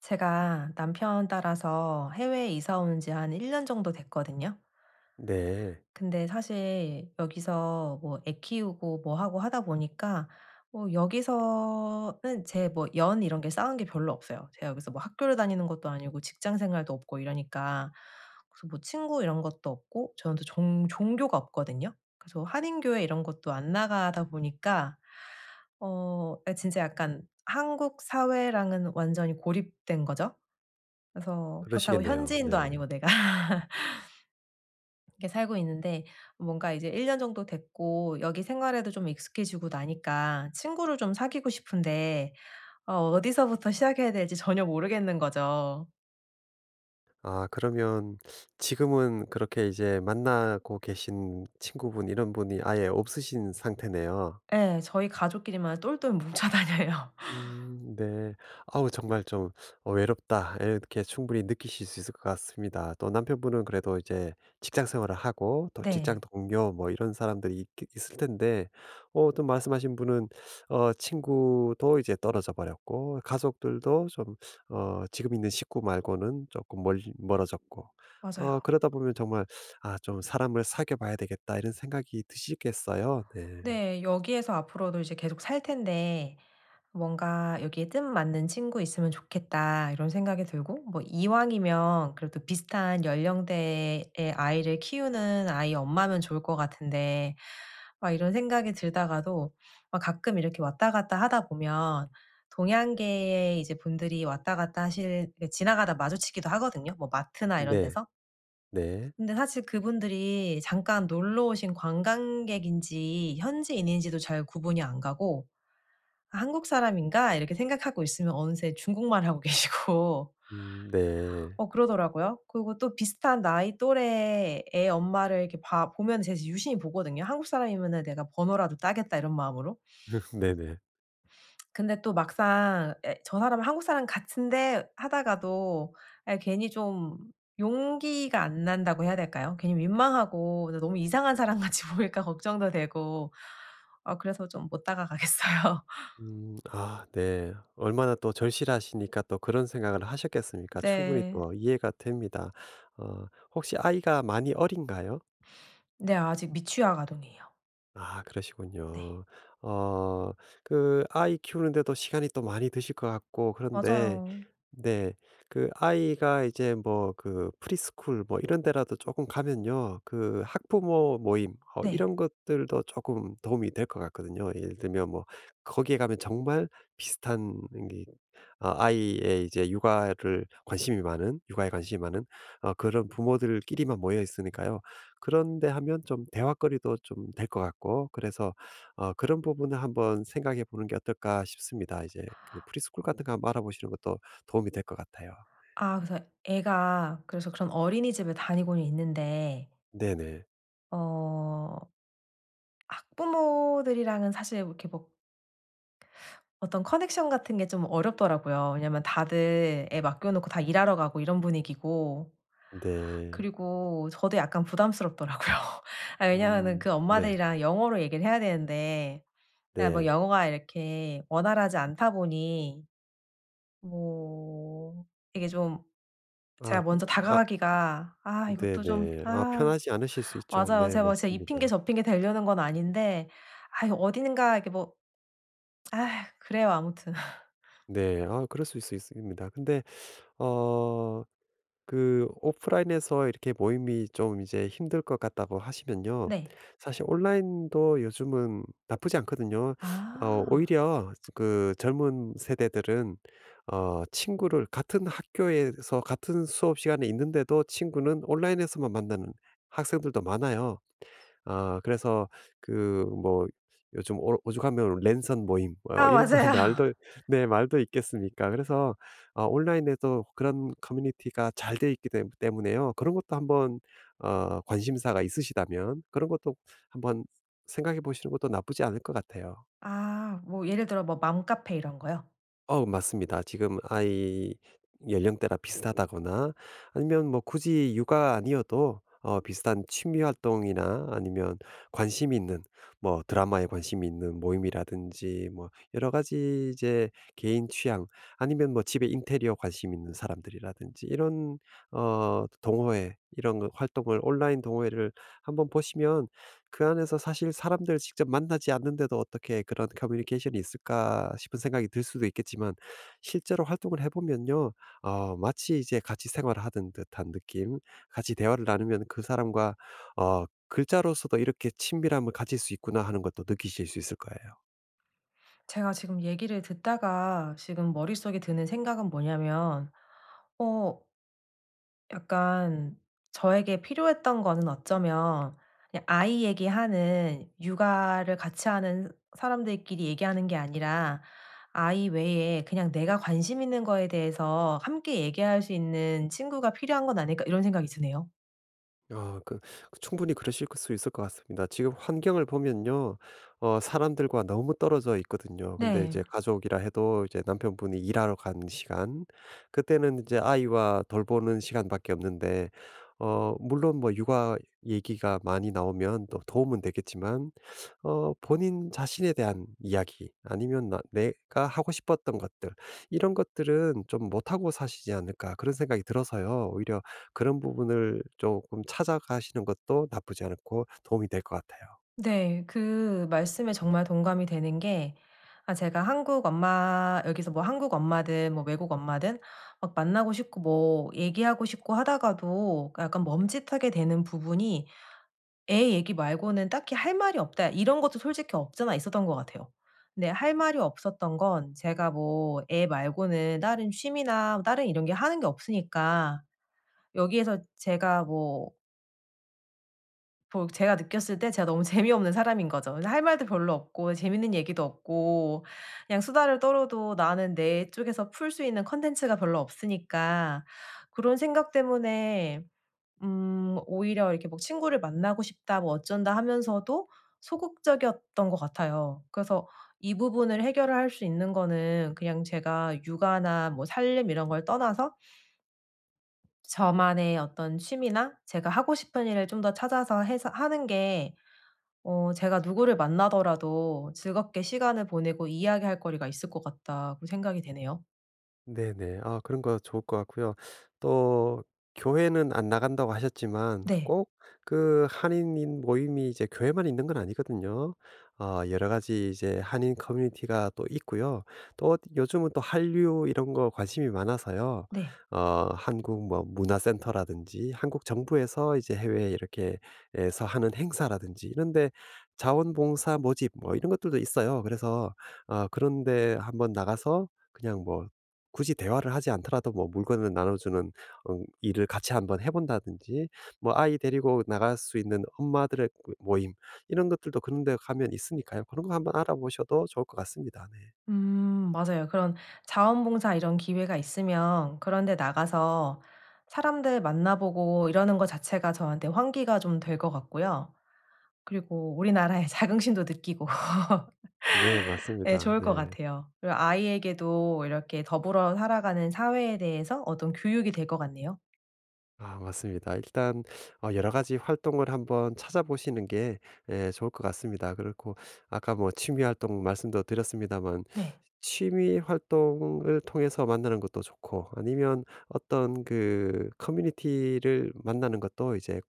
제가 남편 따라서 해외에 이사 온 지 한 1년 정도 됐거든요. 네. 근데 사실 여기서 뭐 애 키우고 뭐 하고 하다 보니까 뭐 여기서는 제 뭐 연 이런 게 쌓은 게 별로 없어요. 제가 여기서 뭐 학교를 다니는 것도 아니고 직장 생활도 없고 이러니까, 그래서 뭐 친구 이런 것도 없고 저는 또 종 종교가 없거든요. 그래서 한인교회 이런 것도 안 나가다 보니까 진짜 약간 한국 사회랑은 완전히 고립된 거죠. 그래서 그렇다고 그러시겠네요. 현지인도 네. 아니고 내가 이렇게 살고 있는데 뭔가 이제 1년 정도 됐고 여기 생활에도 좀 익숙해지고 나니까 친구를 좀 사귀고 싶은데 어디서부터 시작해야 될지 전혀 모르겠는 거죠. 아 그러면 지금은 그렇게 이제 만나고 계신 친구분 이런 분이 아예 없으신 상태네요. 네, 저희 가족끼리만 똘똘 뭉쳐 다녀요. 네. 아우 정말 좀 '외롭다.' 이렇게 충분히 느끼실 수 있을 것 같습니다. 또 남편분은 그래도 이제 직장 생활을 하고 또 직장 네. 동료 뭐 이런 사람들이 있 있을 텐데 또 말씀하신 분은 친구도 이제 떨어져 버렸고 가족들도 좀 지금 있는 식구 말고는 조금 멀 멀어졌고. 맞아요. 그러다 보면 정말 '아 좀 사람을 사귀어 봐야 되겠다.' 이런 생각이 드시겠어요. 네. 네. 여기에서 앞으로도 이제 계속 살 텐데 뭔가 '여기에 뜻맞는 친구 있으면 좋겠다.' 이런 생각이 들고, 뭐 이왕이면 그래도 비슷한 연령대의 아이를 키우는 아이 엄마면 좋을 것 같은데, 막 이런 생각이 들다가도 막 가끔 이렇게 왔다 갔다 하다 보면 동양계의 이제 분들이 왔다 갔다 하실, 그 지나가다 마주치기도 하거든요, 뭐 마트나 이런 네. 데서. 네. 근데 사실 그분들이 잠깐 놀러 오신 관광객인지 현지인인지도 잘 구분이 안 가고, '아 한국 사람인가?' 이렇게 생각하고 있으면 어느새 중국말 하고 계시고 네. 그러더라고요. 그리고 또 비슷한 나이 또래의 애 엄마를 이렇게 봐 보면 제가 유심히 보거든요. '한국 사람이면은 내가 번호라도 따겠다.' 이런 마음으로. 네네. 근데 또 막상, 예, '저 사람은 한국 사람 같은데.' 하다가도 예 괜히 좀 용기가 안 난다고 해야 될까요? 괜히 민망하고 또 너무 이상한 사람 같이 보일까 걱정도 되고 아 그래서 좀 못 다가가겠어요. 음. 아 네. 얼마나 또 절실하시니까 또 그런 생각을 하셨겠습니까? 충분히 네. 또 이해가 됩니다. 어 혹시 아이가 많이 어린가요? 네, 아직 미취학 아동이에요. 아 네. 그러시군요. 어 그 아이 키우는데도 시간이 또 많이 드실 것 같고 그런데. 맞아요. 네. 그 아이가 이제 뭐 그 프리스쿨 뭐 이런 데라도 조금 가면요. 그 학부모 모임 네. 이런 것들도 조금 도움이 될 것 같거든요. 예를 들면 뭐 거기에 가면 정말 비슷한 이 아이의 이제 육아를 관심이 많은, 육아에 관심이 많은 그런 부모들끼리만 모여 있으니까요. 그런데 하면 좀 대화거리도 좀 될 것 같고 그래서 그런 부분을 한번 생각해 보는 게 어떨까 싶습니다. 이제 그 프리스쿨 같은 거 한번 알아보시는 것도 도움이 될 것 같아요. 아 그래서 애가, 그래서 그런 어린이집에 다니고는 있는데 네네. 어 학부모들이랑은 사실 이렇게 뭐 어떤 커넥션 같은 게 좀 어렵더라고요. 왜냐면 다들 애 맡겨 놓고 다 일하러 가고 이런 분위기고, 네. 그리고 저도 약간 부담스럽더라고요. 아 왜냐면은 음. 그 네. 엄마들이랑 영어로 얘기를 해야 되는데, 아 뭐 네. 영어가 이렇게 원활하지 않다 보니 뭐 되게 좀 아 제가 먼저 아 다가가기가, 아 이것도 좀, 네네. 아 아 편하지 않으실 수 있죠. 맞아요. 네 제가 막 진짜 이 핑계 맞습니다. 저 핑계 대려는 건 아닌데 아 이거 어딘가 이렇게 뭐, 아 그래요 아무튼. 네. 아 그럴 수있수 있습니다. 근데 어 그 오프라인에서 이렇게 모임이 좀 이제 힘들 것 같다고 하시면요. 네. 사실 온라인도 요즘은 나쁘지 않거든요. 아. 오히려 그 젊은 세대들은 친구를 같은 학교에서 같은 수업 시간에 있는데도 친구는 온라인에서만 만나는 학생들도 많아요. 아 그래서 그 뭐 요즘 오 오죽하면 랜선 모임 아 이런 거 맞아요. 말도, 네 말도 있겠습니까. 그래서 아 온라인에도 그런 커뮤니티가 잘 돼 있기 때 때문에요. 그런 것도 한번 관심사가 있으시다면 그런 것도 한번 생각해 보시는 것도 나쁘지 않을 것 같아요. 아 뭐 예를 들어 뭐 맘카페 이런 거요? 맞습니다. 지금 아이 연령대랑 비슷하다거나 아니면 뭐 굳이 육아 아니어도 비슷한 취미 활동이나 아니면 관심 있는, 뭐 드라마에 관심이 있는 모임이라든지, 뭐 여러 가지 이제 개인 취향 아니면 뭐 집에 인테리어 관심 있는 사람들이라든지 이런 동호회 이런 거 활동을, 온라인 동호회를 한번 보시면 그 안에서 사실 사람들 직접 만나지 않는데도 '어떻게 그런 커뮤니케이션이 있을까?' 싶은 생각이 들 수도 있겠지만 실제로 활동을 해 보면요. 마치 이제 같이 생활을 하는 듯한 느낌, 같이 대화를 나누면 그 사람과 글자로서도 '이렇게 친밀함을 가질 수 있구나.' 하는 것도 느끼실 수 있을 거예요. 제가 지금 얘기를 듣다가 지금 머릿속에 드는 생각은 뭐냐면 어 약간 저에게 필요했던 거는 어쩌면 그냥 아이 얘기하는, 육아를 같이 하는 사람들끼리 얘기하는 게 아니라 아이 외에 그냥 내가 관심 있는 거에 대해서 함께 얘기할 수 있는 친구가 필요한 건 아닐까, 이런 생각이 드네요. 아 그 충분히 그러실 수 있을 것 같습니다. 지금 환경을 보면요. 사람들과 너무 떨어져 있거든요. 근데 네. 이제 가족이라 해도 이제 남편분이 일하러 간 시간, 그때는 이제 아이와 돌보는 시간밖에 없는데. 물론 뭐 육아 얘기가 많이 나오면 또 도움은 되겠지만 본인 자신에 대한 이야기 아니면 나 내가 하고 싶었던 것들 이런 것들은 좀 못하고 사시지 않을까, 그런 생각이 들어서요. 오히려 그런 부분을 조금 찾아가시는 것도 나쁘지 않고 도움이 될 것 같아요. 네. 그 말씀에 정말 동감이 되는 게, 아 제가 한국 엄마, 여기서 뭐 한국 엄마든 뭐 외국 엄마든 막 만나고 싶고 뭐 얘기하고 싶고 하다가도 약간 멈칫하게 되는 부분이 애 얘기 말고는 딱히 할 말이 없다, 이런 것도 솔직히 없잖아 있었던 것 같아요. 근데 할 말이 없었던 건 제가 뭐 애 말고는 다른 취미나 뭐 다른 이런 게 하는 게 없으니까, 여기에서 제가 뭐 제가 느꼈을 때 제가 너무 재미없는 사람인 거죠. 그래서 할 말도 별로 없고 재밌는 얘기도 없고 그냥 수다를 떨어도 나는 내 쪽에서 풀 수 있는 콘텐츠가 별로 없으니까, 그런 생각 때문에 오히려 이렇게 뭐 친구를 만나고 싶다 뭐 어쩐다 하면서도 소극적이었던 것 같아요. 그래서 이 부분을 해결을 할 수 있는 거는 그냥 제가 육아나 뭐 살림 이런 걸 떠나서 저만의 어떤 취미나 제가 하고 싶은 일을 좀 더 찾아서 해서 하는 게 제가 누구를 만나더라도 즐겁게 시간을 보내고 이야기할 거리가 있을 것 같다고 생각이 되네요. 네네. 아 그런 거 좋을 것 같고요. 또 교회는 안 나간다고 하셨지만 네. 꼭 그 한인인 모임이 이제 교회만 있는 건 아니거든요. 여러 가지 이제 한인 커뮤니티가 또 있고요. 또 요즘은 또 한류 이런 거 관심이 많아서요. 네. 어 한국 뭐 문화센터라든지, 한국 정부에서 이제 해외에 이렇게 에서 하는 행사라든지 이런 데 자원봉사 모집 뭐 이런 것들도 있어요. 그래서 그런 데 한번 나가서 그냥 뭐 굳이 대화를 하지 않더라도 뭐 물건을 나눠주는 일을 같이 한번 해 본다든지, 뭐 아이 데리고 나갈 수 있는 엄마들의 그 모임 이런 것들도 그런 데 가면 있으니까요. 그런 거 한번 알아보셔도 좋을 것 같습니다. 네. 음, 맞아요. 그런 자원봉사 이런 기회가 있으면 그런 데 나가서 사람들 만나보고 이러는 것 자체가 저한테 환기가 좀 될 것 같고요. 그리고 우리나라의 자긍심도 느끼고 네 네, 맞습니다. 좋을 것 네. 같아요. 그리고 아이에게도 이렇게 더불어 살아가는 사회에 대해서 어떤 교육이 될 것 같네요. 아 맞습니다. 일단 여러 가지 활동을 한번 찾아보시는 게 예 좋을 것 같습니다. 그렇고 아까 뭐 취미 활동 말씀도 드렸습니다만, 네. 취미 활동을 통해서 만나는 것도 좋고 아니면 어떤 그 커뮤니티를 만나는 것도 이제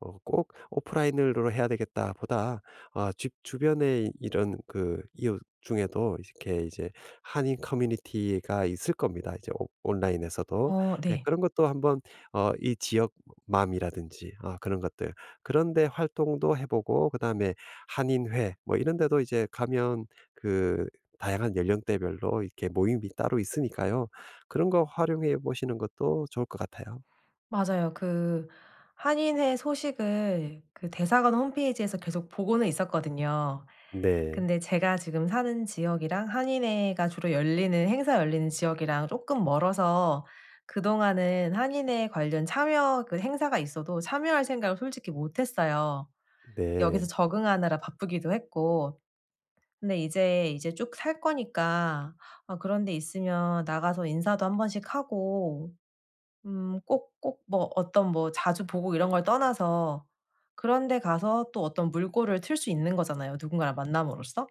꼭 '오프라인으로 해야 되겠다.' 보다, 아 집 주변에 이런 그 이웃 중에도 이렇게 이제 한인 커뮤니티가 있을 겁니다, 이제 오 온라인에서도. 어 예 네. 그런 것도 한번 이 지역맘이라든지 아 그런 것들, 그런 데 활동도 해 보고 그다음에 한인회 뭐 이런 데도 이제 가면 그 다양한 연령대별로 이렇게 모임이 따로 있으니까요. 그런 거 활용해 보시는 것도 좋을 것 같아요. 맞아요. 그 한인회 소식을 그 대사관 홈페이지에서 계속 보고는 있었거든요. 네. 근데 제가 지금 사는 지역이랑 한인회가 주로 열리는 행사 열리는 지역이랑 쪼끔 멀어서 그동안은 한인회 관련 참여, 그 행사가 있어도 참여할 생각을 솔직히 못 했어요. 여기서 네. 적응하느라 바쁘기도 했고. 근데 이제 쭉 살 거니까 아 그런 데 있으면 나가서 인사도 한 번씩 하고, 꼭 꼭 뭐 어떤 뭐 자주 보고 이런 걸 떠나서 그런 데 가서 또 어떤 물꼬를 틀 수 있는 거잖아요, 누군가를 만남으로써.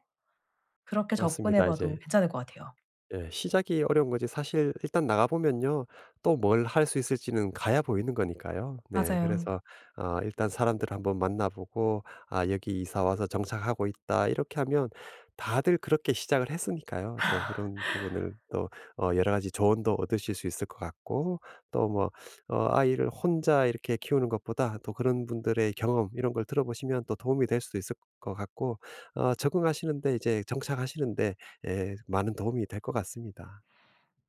그렇게 접근해 맞습니다. 이제 봐도 괜찮을 것 같아요. 예. 시작이 어려운 거지 사실 일단 나가 보면요. 또 뭘 할 수 있을지는 가야 보이는 거니까요. 네. 맞아요. 그래서 아 일단 사람들을 한번 만나 보고 '아 여기 이사 와서 정착하고 있다.' 이렇게 하면 다들 그렇게 시작을 했으니까요. 또 그런 부분을 또 여러 가지 조언도 얻으실 수 있을 것 같고 또 뭐 아이를 혼자 이렇게 키우는 것보다 또 그런 분들의 경험 이런 걸 들어보시면 또 도움이 될 수도 있을 것 같고 적응하시는데, 이제 정착하시는데 예, 많은 도움이 될 것 같습니다.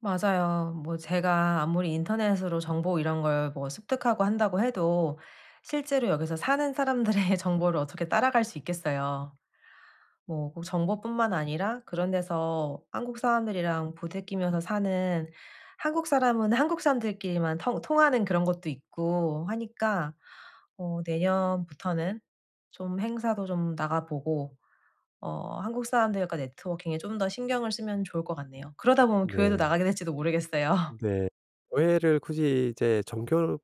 맞아요. 뭐 제가 아무리 인터넷으로 정보 이런 걸 뭐 습득하고 한다고 해도 실제로 여기서 사는 사람들의 정보를 어떻게 따라갈 수 있겠어요. 뭐 꼭 정보뿐만 아니라 그런 데서 한국 사람들이랑 부대끼면서 사는, 한국 사람은 한국 사람들끼리만 통 통하는 그런 것도 있고 하니까 어 내년부터는 좀 행사도 좀 나가보고 한국 사람들과 네트워킹에 좀 더 신경을 쓰면 좋을 것 같네요. 그러다 보면 교회도 네. 나가게 될지도 모르겠어요. 네. 교회를 굳이 이제 종교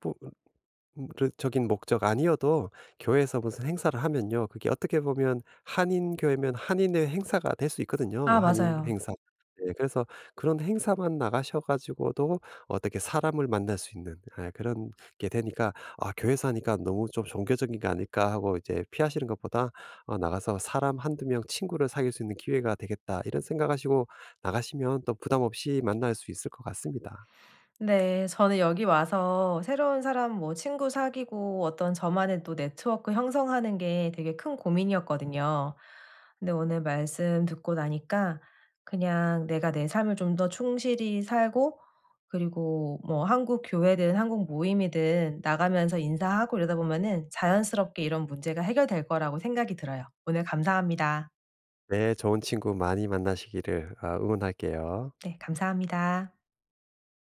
르 적인 목적 아니어도 교회에서 무슨 행사를 하면요. 그게 어떻게 보면 한인교회면 한인의 행사가 될 수 있거든요, 아 한인 맞아요. 행사. 네 그래서 그런 행사만 나가셔 가지고도 어떻게 사람을 만날 수 있는, 예 그런 게 되니까 '아 교회에서 하니까 너무 좀 종교적인 게 아닐까.' 하고 이제 피하시는 것보다 '나가서 사람 한두 명 친구를 사귈 수 있는 기회가 되겠다.' 이런 생각하시고 나가시면 또 부담 없이 만날 수 있을 것 같습니다. 네. 저는 여기 와서 새로운 사람, 뭐 친구 사귀고 어떤 저만의 또 네트워크 형성하는 게 되게 큰 고민이었거든요. 근데 오늘 말씀 듣고 나니까 그냥 내가 내 삶을 좀 더 충실히 살고, 그리고 뭐 한국 교회든 한국 모임이든 나가면서 인사하고 이러다 보면은 자연스럽게 이런 문제가 해결될 거라고 생각이 들어요. 오늘 감사합니다. 네. 좋은 친구 많이 만나시기를 아 응원할게요. 네. 감사합니다.